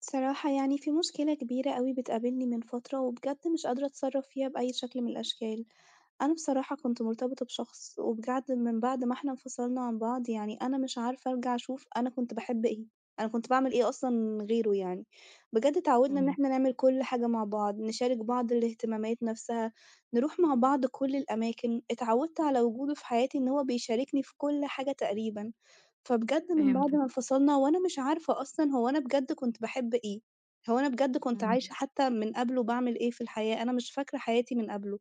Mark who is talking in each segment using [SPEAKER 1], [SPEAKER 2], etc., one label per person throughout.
[SPEAKER 1] صراحة يعني في مشكلة كبيرة أوي بتقابلني من فترة وبجد مش قادرة أتصرّف فيها بأي شكل من الأشكال، أنا بصراحة كنت مرتبطة بشخص وبجد من بعد ما إحنا انفصلنا عن بعض يعني أنا مش عارفة أرجع أشوف أنا كنت باحب إيه، أنا كنت باعمل إيه أصلًا غيره يعني، بجد اتعوّدنا إن
[SPEAKER 2] إمم،
[SPEAKER 1] إحنا نعمل كل حاجة مع بعض، نشارك بعض الاهتمامات نَفْسها، نروح مع بعض كل الأماكن، اتعوّدت على وجوده في حياتي إن هو بيشاركني في كل حاجة تقريبًا. فبجد من بعد
[SPEAKER 2] فهمتِك،
[SPEAKER 1] ما انفصلنا وأنا مش عارفة أصلًا هو أنا بجد كنت باحب إيه، هو أنا بجد كنت
[SPEAKER 2] إمم،
[SPEAKER 1] عايشة حتى من قبله باعمل إيه في الحياة، أنا مش فاكرة حياتي من قبله،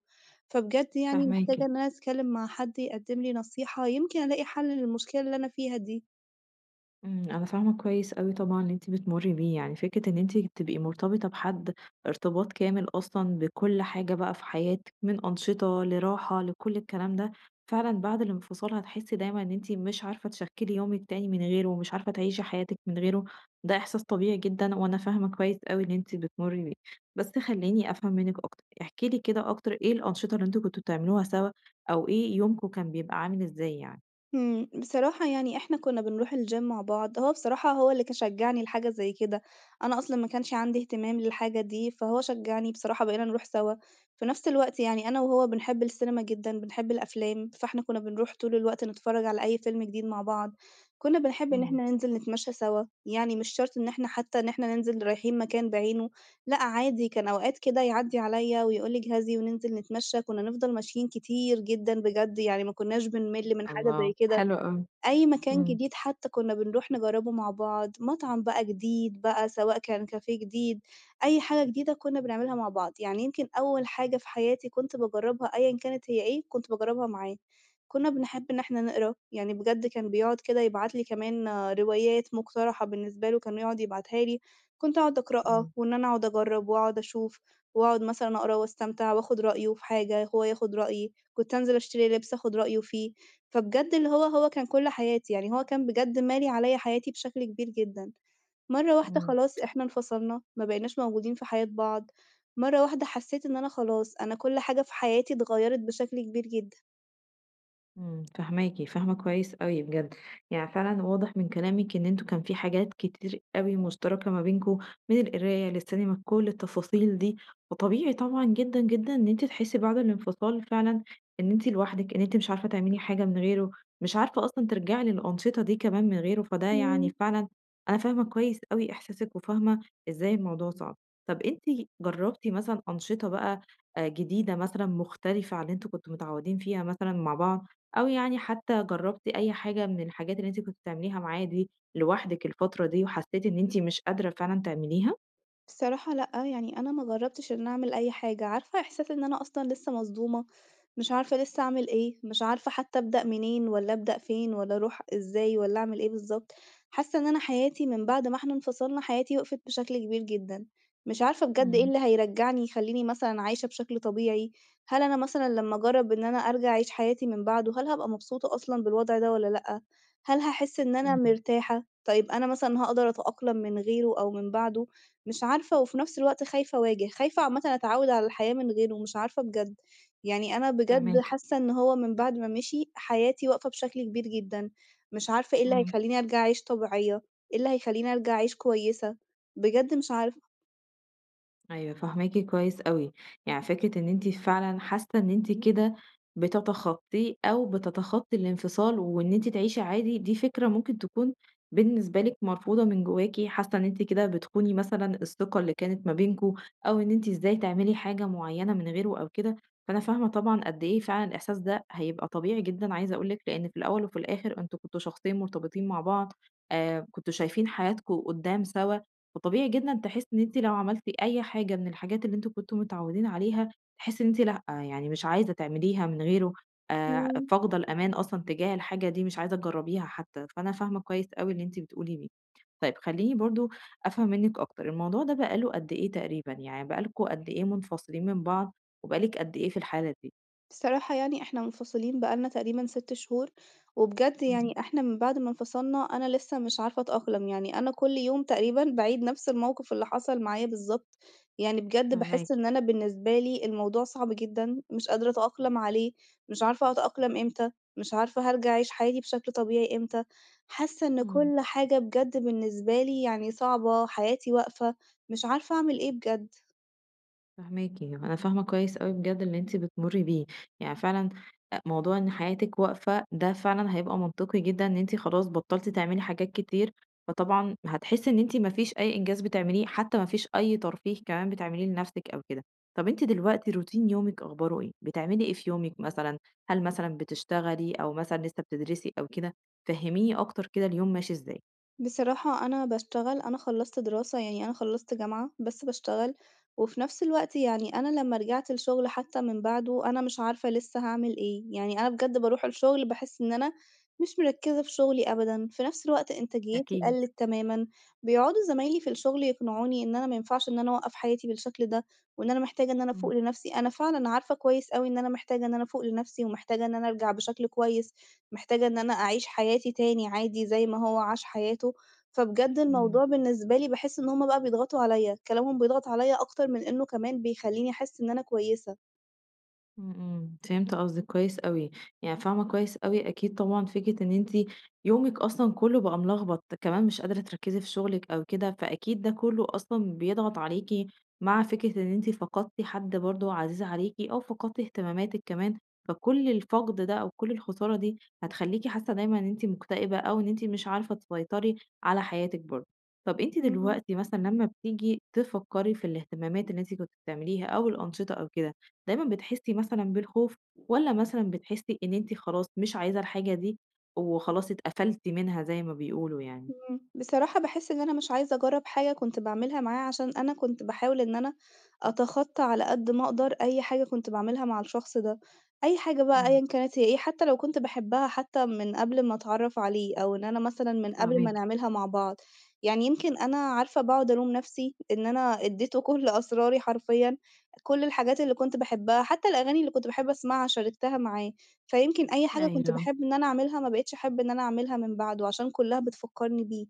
[SPEAKER 1] فبجد يعني
[SPEAKER 2] فاهماكِ،
[SPEAKER 1] محتاجة إن أنا أتكلم مع حد يقدم لي نصيحة، يمكن ألاقي حل للمشكلة اللي أنا فيها دي.
[SPEAKER 2] إمم، أنا فاهمة كويس أوي طبعًا اللي أنتِ بتمُرّي بيه، يعني فكرة إن أنتِ تبقي مرتبطة بحد ارتباط كامل أصلًا بكل حاجة بقى في حياتِك، من أنشطة لراحة لكل الكلام ده، فعلًا بعد الانفصال هتحسي دايمًا إن أنتِ مش عارفة تشكِّلي يومِك تاني من غيره، ومش عارفة تعيشي حياتِك من غيره، ده إحساس طبيعي جدًا وأنا فاهمة كويس أوي اللي أنتِ بتمُرّي بيه. بس خلّيني أفهم منِّك أكتر، احكي لي كده أكتر إيه الأنشطة اللي أنتم كنتم بتعملوها سوا، أو إيه يومكم كان بيبقى عامل إزاي يعني؟
[SPEAKER 1] بصراحة يعني إحنا كنا بنروح الgym مع بعض، هو بصراحة هو اللي شجّعني لحاجة زي كده، أنا أصلًا ما كانش عندي اهتمام للحاجة دي، فهو شجّعني بصراحة بقينا نروح سوا، في نفس الوقت يعني أنا وهو بنحب السينما جدًا، بنحب الأفلام، فإحنا كنا بنروح طول الوقت نتفرّج على أي فيلم جديد مع بعض، كنا بنحب إن
[SPEAKER 2] إمم،
[SPEAKER 1] إحنا ننزل نتمشى سوا، يعني مش شرط إن إحنا حتى إن إحنا ننزل رايحين مكان بعينه. لأ عادي، كان أوقات كده يعدّي عليَّ ويقول لي: "اجهزي" وننزل نتمشى، كنا نفضل ماشيين كتير جدًا بجد، يعني ما كناش بنمِل من حاجة زي
[SPEAKER 2] الله،
[SPEAKER 1] كده.
[SPEAKER 2] حلو أوي،
[SPEAKER 1] أي مكان
[SPEAKER 2] إمم،
[SPEAKER 1] جديد حتى كنا بنروح نجرّبه مع بعض، مطعم بقى جديد بقى سواء كان كافيه جديد، أي حاجة جديدة كنا بنعملها مع بعض، يعني يمكن أول حاجة في حياتي كنت باجرّبها أيًا كانت هي إيه، كنت باجرّبها معاه. كنا بنحب إن إحنا نقرا، يعني بجد كان بيقعد كده يبعت لي كمان روايات مقترحة بالنسبة له كان يقعد يبعتها لي، كنت أقعد أقرأها
[SPEAKER 2] إمم،
[SPEAKER 1] وإن أنا أقعد أجرّب وأقعد أشوف وأقعد مثلًا أقرا واستمتع وآخُد رأيه في حاجة، هو ياخُد رأيي، كنت أنزل أشتري لبس آخُد رأيه فيه. فبجد اللي هو كان كل حياتي، يعني هو كان بجد مالي عليّا حياتي بشكل كبير جدًا، مرّة واحدة
[SPEAKER 2] إمم.
[SPEAKER 1] خلاص إحنا انفصلنا، ما بقيناش موجودين في حياة بعض، مرّة واحدة حسّيت إن أنا خلاص، أنا كل حاجة في حياتي اتغيّرت بشكل كبير جدًا.
[SPEAKER 2] إمم، فاهماكِ، فاهمة كويس أوي بجد، يعني فعلًا واضح من كلامِك إن أنتم كان في حاجات كتير أوي مشتركة ما بينكم، من القراية للسينما لكل التفاصيل دي، فطبيعي طبعًا جدًا، جدًا إن أنتِ تحسي بعد الانفصال فعلًا إن أنتِ لوحدِك، إن أنتِ مش عارفة تعملي حاجة من غيره، مش عارفة أصلًا ترجعي للأنشطة دي كمان من غيره، فده
[SPEAKER 1] إمم.
[SPEAKER 2] يعني فعلًا أنا فاهمة كويس أوي إحساسِك وفاهمة إزاي الموضوع صعب. طب أنتِ جربتِ مثلًا أنشطة بقى جديدة مثلًا مختلفة عن اللي أنتم كنتم متعودين فيها مثلًا مع بعض؟ أو يعني حتى جرّبتِ أي حاجة من الحاجات اللي أنتِ كنتِ بتعمليها معاه دي لوحدِك الفترة دي وحسّيتِ إن أنتِ مش قادرة فعلًا تعمليها؟
[SPEAKER 1] بصراحة لأ، يعني أنا ما جرّبتش إن أنا أعمل أي حاجة، عارفة إحساس إن أنا أصلًا لسه مصدومة، مش عارفة لسه أعمل إيه، مش عارفة حتى أبدأ منين والّا أبدأ فين والّا أروح إزاي والّا أعمل إيه بالضبط، حاسة إن أنا حياتي من بعد ما إحنا انفصلنا حياتي وقفت بشكل كبير جدًا، مش عارفة بجد إيه
[SPEAKER 2] إمم،
[SPEAKER 1] اللي هيرجّعني يخلّيني مثلًا عايشة بشكل طبيعي، هل أنا مثلًا لمّا أجرّب إن أنا أرجع أعيش حياتي من بعده، هل هابقى مبسوطة أصلًا بالوضع ده والّا لأ؟ هل هاحس إن أنا
[SPEAKER 2] إمم،
[SPEAKER 1] مرتاحة؟ طيب أنا مثلًا هاقدر أتأقلم من غيره أو من بعده؟ مش عارفة وفي نفس الوقت خايفة أواجه، خايفة عامةً أتعوّد على الحياة من غيره، مش عارفة بجد. يعني أنا بجد
[SPEAKER 2] فاهماكِ،
[SPEAKER 1] حاسة إن هو من بعد ما مشي، حياتي واقفة بشكل كبير جدًا، مش عارفة إيه اللي
[SPEAKER 2] إمم.
[SPEAKER 1] هيخلّيني أرجع أعيش طبيعية، إيه اللي هيخلّيني أرجع أعيش كويسة، بجد مش عارفة.
[SPEAKER 2] أيوه فاهماكِ كويس أوي، يعني فكرة إن أنتِ فعلًا حاسة إن أنتِ كده بتتخطيه أو بتتخطي الانفصال، وإن أنتِ تعيشي عادي، دي فكرة ممكن تكون بالنسبة لِك مرفوضة من جواكِ، حاسة إن أنتِ كده بتخوني مثلًا الثقة اللي كانت ما بينكم، أو إن أنتِ إزاي تعملي حاجة معينة من غيره أو كده، فأنا فاهمة طبعًا قد إيه فعلًا الإحساس ده هيبقى طبيعي جدًا، عايزة أقول لِك لأن في الأول وفي الآخر أنتم كنتم شخصين مرتبطين مع بعض، كنتم شايفين حياتكم قدّام سوا، فطبيعي جدًا تحسّي إن أنتِ لو عملتِ أي حاجة من الحاجات اللي أنتم كنتم متعوّدين عليها، تحسّي إن أنتِ لأ، يعني مش عايزة تعمليها من غيره،
[SPEAKER 1] إمم.
[SPEAKER 2] فاقدة الأمان أصلًا تجاه الحاجة دي، مش عايزة تجرّبيها حتّى، فأنا فاهمة كويس أوي اللي أنتِ بتقولي بيه. طيب خلّيني برضه أفهم منِّك أكتر، الموضوع ده بقى له قد إيه تقريبًا، يعني بقى لكم قد إيه منفصلين من بعض وبقى لِك قد إيه في الحالة دي؟
[SPEAKER 1] بصراحة يعني إحنا منفصلين بقى لنا تقريبًا 6 شهور، وبجد
[SPEAKER 2] إمم،
[SPEAKER 1] يعني إحنا من بعد ما انفصلنا أنا لسه مش عارفة أتأقلم، يعني أنا كل يوم تقريبًا باعيد نفس الموقف اللي حصل معايا بالضبط، يعني بجد
[SPEAKER 2] فاهماكِ.
[SPEAKER 1] باحس إن أنا بالنسبة لي الموضوع صعب جدًا، مش قادرة أتأقلم عليه، مش عارفة أتأقلم إمتى، مش عارفة هارجع أعيش حياتي بشكل طبيعي إمتى، حاسة إن
[SPEAKER 2] إمم.
[SPEAKER 1] كل حاجة بجد بالنسبة لي يعني صعبة، حياتي واقفة، مش عارفة أعمل إيه بجد.
[SPEAKER 2] فاهماكِ، يعني أنا فاهمة كويس أوي بجد اللي أنتِ بتمُرّي بيه، يعني فعلًا موضوع إن حياتِك واقفة ده فعلًا هيبقى منطقي جدًا إن أنتِ خلاص بطّلتِ تعملي حاجات كتير، فطبعًا هتحسّي إن أنتِ ما فيش أي إنجاز بتعمليه، حتى ما فيش أي ترفيه كمان بتعمليه لنَفْسِك أو كده. طَب أنتِ دلوقتي روتين يومِك أخباره إيه؟ بتعملي إيه في يومِك مثلًا؟ هل مثلًا بتشتغلي أو مثلًا لسه بتدرسي أو كده؟ فهّميني أكتر كده اليوم ماشي إزاي.
[SPEAKER 1] بصراحة أنا باشتغل، أنا خلّصت دراسة، يعني أنا خلّصت جامعة، بس باشتغل، وفي نفس الوقت يعني أنا لمّا رجعت الشغل حتى من بعده، أنا مش عارفة لسه هاعمل إيه، يعني أنا بجد باروح الشغل باحس إن أنا مش مركّزة في شغلي أبدًا، في نفس الوقت إنتاجيتي
[SPEAKER 2] أكيد،
[SPEAKER 1] قَلِّت تمامًا، بيقعدوا زمايلي في الشغل يقنعوني إن أنا ما ينفعش إن أنا أوقّف حياتي بالشكل ده، وإن أنا محتاجة إن أنا أفوق
[SPEAKER 2] إمم.
[SPEAKER 1] لنفسي، أنا فعلًا عارفة كويس أوي إن أنا محتاجة إن أنا أفوق لنفسي، ومحتاجة إن أنا أرجع بشكل كويس. محتاجة إن أنا أعيش حياتي تاني عادي زي ما هو عاش حياته، فبجد
[SPEAKER 2] إمم.
[SPEAKER 1] الموضوع بالنسبة لي باحس إن هُم بقى بيضغطوا عليَّ، كلامهم بيضغط عليَّ أكتر من إنه كمان بيخلّيني أحس إن أنا كويسة.
[SPEAKER 2] إمم، إمم، فهمت قصدِك كويس أوي، يعني فاهمة كويس أوي أكيد طبعًا فكرة إن أنتِ يومِك أصلًا كلّه بقى ملخبط، كمان مش قادرة تركّزي في شغلِك أو كده، فأكيد ده كلّه أصلًا بيضغط عليكِ، مع فكرة إن أنتِ فقدتِ حد برضه عزيز عليكِ أو فقدتِ اهتماماتِك كمان، فكل الفقد ده أو كل الخسارة دي هتخلّيكِ حاسة دايمًا إن أنتِ مكتئبة أو إن أنتِ مش عارفة تسيطري على حياتِك برضه. طَب أنتِ
[SPEAKER 1] اهم.
[SPEAKER 2] دلوقتي مثلًا لمّا بتيجي تفكّري في الاهتمامات اللي أنتِ كنتِ بتعمليها أو الأنشطة أو كده، دايمًا بتحسّي مثلًا بالخوف، والّا مثلًا بتحسّي إن أنتِ خلاص مش عايزة الحاجة دي وخلاص اتقفلتِ منها زي ما بيقولوا يعني؟
[SPEAKER 1] بصراحة باحس إن أنا مش عايزة أجرّب حاجة كنت باعملها معاه، عشان أنا كنت باحاول إن أنا أتخطّى على قد ما أقدر أي حاجة كنت باعملها مع الشخص ده، أي حاجة بقى
[SPEAKER 2] إمم،
[SPEAKER 1] أيًا كانت هي إيه، حتى لو كنت باحبها حتى من قبل ما أتعرّف عليه، أو إن أنا مثلًا من قبل ما
[SPEAKER 2] فاهماكِ،
[SPEAKER 1] نعملها مع بعض، يعني يمكن أنا عارفة باقعد ألوم نَفْسي إن أنا ادّيته كل أسراري حرفيًا، كل الحاجات اللي كنت باحبها، حتى الأغاني اللي كنت باحب أسمعها شاركتها معاه. فيمكن أي حاجة كنت
[SPEAKER 2] أيوه،
[SPEAKER 1] باحب إن أنا أعملها، ما بقيتش أحب إن أنا أعملها من بعده، عشان كلّها بتفكّرني بيه.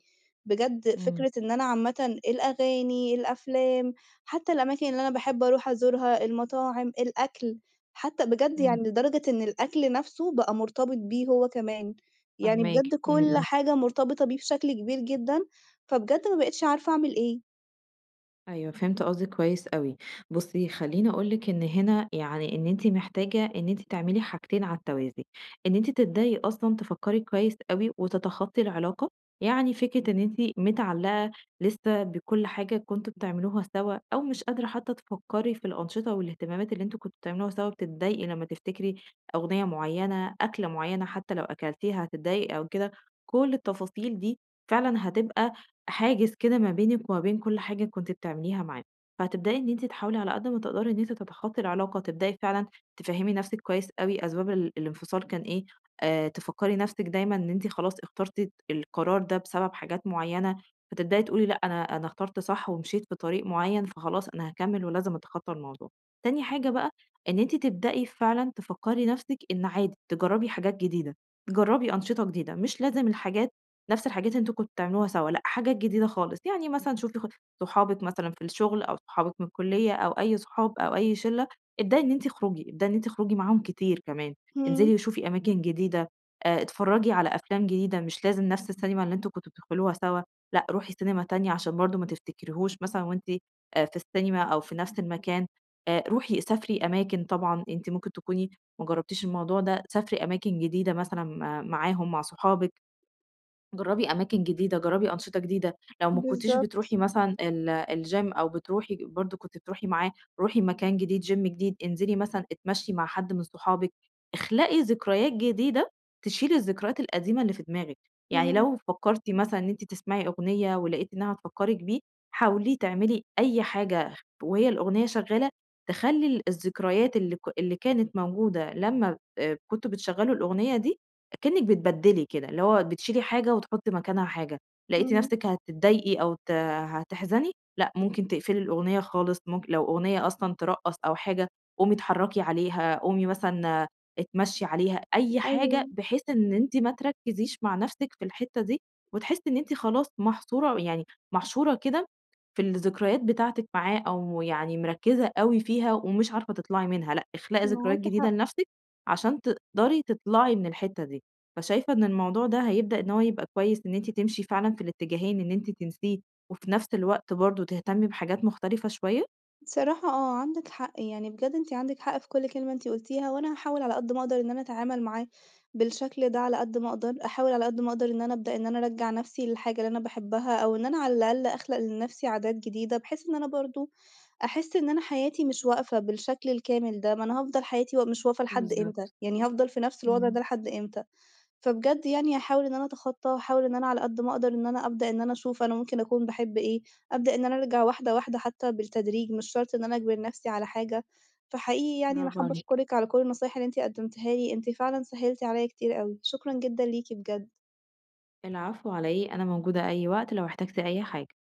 [SPEAKER 1] بجد
[SPEAKER 2] إمم،
[SPEAKER 1] فكرة إن أنا عامةً الأغاني، الأفلام، حتى الأماكن اللي أنا باحب أروح أزورها، المطاعم، الأكل، حتى بجد
[SPEAKER 2] إمم،
[SPEAKER 1] يعني لدرجة إن الأكل نَفْسه بقى مرتبط بيه هو كمان، يعني
[SPEAKER 2] فاهماكِ،
[SPEAKER 1] بجد
[SPEAKER 2] إمم،
[SPEAKER 1] كل
[SPEAKER 2] إمم.
[SPEAKER 1] حاجة مرتبطة بيه بشكل كبير جدًا، فبجد ما بقيتش عارفة أعمل إيه.
[SPEAKER 2] أيوه، فهمت قصدِك كويس أوي. بُصّي، خلّيني أقول لِك إن هنا يعني إن أنتِ محتاجة إن أنتِ تعملي حاجتين على التوازي، إن أنتِ تبدئي أصلًا تفكّري كويس أوي وتتخطّي العلاقة، يعني فكرة إن أنتِ متعلّقة لسه بكل حاجة كنتم بتعملوها سوا أو مش قادرة حتى تفكّري في الأنشطة والاهتمامات اللي أنتم كنتم بتعملوها سوا، بتتضايقي لمّا تفتكري أغنية معيّنة، أكلة معيّنة حتى لو أكلتيها هتتضايقي أو كده، كل التفاصيل دي فعلًا هتبقى حاجز كده ما بينِك وما بين كل حاجة كنتِ بتعمليها معاه، فهتبدئي إن أنتِ تحاولي على قد ما تقدري إن أنتِ تتخطي العلاقة، تبدئي فعلًا تفهّمي نَفْسِك كويس أوي أسباب الانفصال كان إيه، تفكّري نَفْسِك دايمًا إن أنتِ خلاص اخترتِ القرار ده بسبب حاجات معيّنة، فتبدئي تقولي لأ أنا اخترت صح ومشيت في طريق معيّن، فخلاص أنا هاكمّل ولازم أتخطى الموضوع. تاني حاجة بقى إن أنتِ تبدئي فعلًا تفكّري نَفْسِك إن عادي تجرّبي حاجات جديدة، جرّبي أنشطة جديدة، مش لازم الحاجات نفس الحاجات اللي أنتم كنتم بتعملوها سوا، لأ حاجات جديدة خالص، يعني مثلًا شوفي صحابِك مثلًا في الشغل أو صحابِك من الكلية أو أي صحاب أو أي شلة، ابدئي إن أنتِ اخرجي، ابدئي إن أنتِ اخرجي معاهم كتير كمان،
[SPEAKER 1] إمم،
[SPEAKER 2] انزلي وشوفي أماكن جديدة، اتفرّجي على أفلام جديدة، مش لازم نفس السينما اللي أنتم كنتم بتدخلوها سوا، لأ روحي سينما تانية عشان برضه ما تفتكريهوش مثلًا وأنتِ في السينما أو في نفس المكان، روحي سافري أماكن طبعًا أنتِ ممكن تكوني ما جربتيش الموضوع ده، سافري أماكن جديدة مثلًا معاهم مع صحابِك. جرّبي أماكن جديدة، جرّبي أنشطة جديدة، لو ما كنتيش
[SPEAKER 1] بالضبط،
[SPEAKER 2] بتروحي مثلًا الgym أو بتروحي برضه كنتِ بتروحي معاه، روحي مكان جديد، gym جديد، انزلي مثلًا اتمشي مع حد من صحابِك، اخلقي ذكريات جديدة تشيل الذكريات القديمة اللي في دماغِك، يعني
[SPEAKER 1] إمم،
[SPEAKER 2] لو فكّرتِ مثلًا إن أنتِ تسمعي أغنية ولقيتِ إنها هتفكّرِك بيه، حاولي تعملي أي حاجة وهي الأغنية شغّالة تخلّي الذكريات اللي كانت موجودة لمّا كنتم بتشغّلوا الأغنية دي، كأنِّك بتبدّلي كده، اللي هو بتشيلي حاجة وتحُطّي مكانها حاجة، لقيتِ
[SPEAKER 1] إمم،
[SPEAKER 2] نَفْسِك هتتضايقي أو هتحزني، لأ ممكن تقفلي الأغنية خالص، ممكن لو أغنية أصلًا ترقّص أو حاجة، قومي اتحرّكي عليها، قومي مثلًا اتمشّي عليها، أي حاجة
[SPEAKER 1] أيوه،
[SPEAKER 2] بحيث إن أنتِ ما تركّزيش مع نَفْسِك في الحتّة دي، وتحسّي إن أنتِ خلاص محصورة يعني محشورة كده في الذكريات بتاعتِك معاه، أو يعني مركّزة أوي فيها ومش عارفة تطلعي منها، لأ اخلقي ذكريات
[SPEAKER 1] معاكِ
[SPEAKER 2] جديدة
[SPEAKER 1] حق.
[SPEAKER 2] لنَفْسِك عشان تقدري تطلعي من الحتّة دي. فشايفة إن الموضوع ده هيبدأ إن هو يبقى كويس إن أنتِ تمشي فعلًا في الاتجاهين، إن أنتِ تنسيه وفي نفس الوقت برضه تهتمي بحاجات مختلفة شوية؟
[SPEAKER 1] بصراحة آه، عندِك حق، يعني بجد أنتِ عندِك حق في كل كلمة أنتِ قُلتيها، وأنا هاحاول على قد ما أقدر إن أنا أتعامل معاه بالشكل ده على قد ما أقدر، أحاول على قد ما أقدر إن أنا أبدأ إن أنا أرجّع نَفْسي للحاجة اللي أنا باحبها، أو إن أنا على الأقل أخلق لنَفْسي عادات جديدة، بحيث إن أنا برضه أحس إن أنا حياتي مش واقفة بالشكل الكامل ده، ما أنا هافضل حياتي و مش واقفة لحد إمتى؟
[SPEAKER 2] بالضبط،
[SPEAKER 1] يعني هافضل في نَفْس الوضع ده
[SPEAKER 2] إمم،
[SPEAKER 1] لحد إمتى؟ فبجد يعني هاحاول إن أنا أتخطّى، هاحاول إن أنا على قد ما أقدر إن أنا أبدأ إن أنا أشوف أنا ممكن أكون باحب إيه، أبدأ إن أنا أرجع واحدة، واحدة حتى بالتدريج، مش شرط إن أنا أجبر نَفْسي على حاجة، فحقيقي يعني أنا
[SPEAKER 2] برافو
[SPEAKER 1] حابة
[SPEAKER 2] عليكِ.
[SPEAKER 1] أشكرِك على كل النصايح اللي أنتِ قدّمتيها لي، أنتِ فعلًا سهّلتِ عليّا كتير أوي، شكرًا جدًا ليكِ بجد.
[SPEAKER 2] العفو على إيه، أنا موجودة أي وقت لو احتجتِ أي حاجة.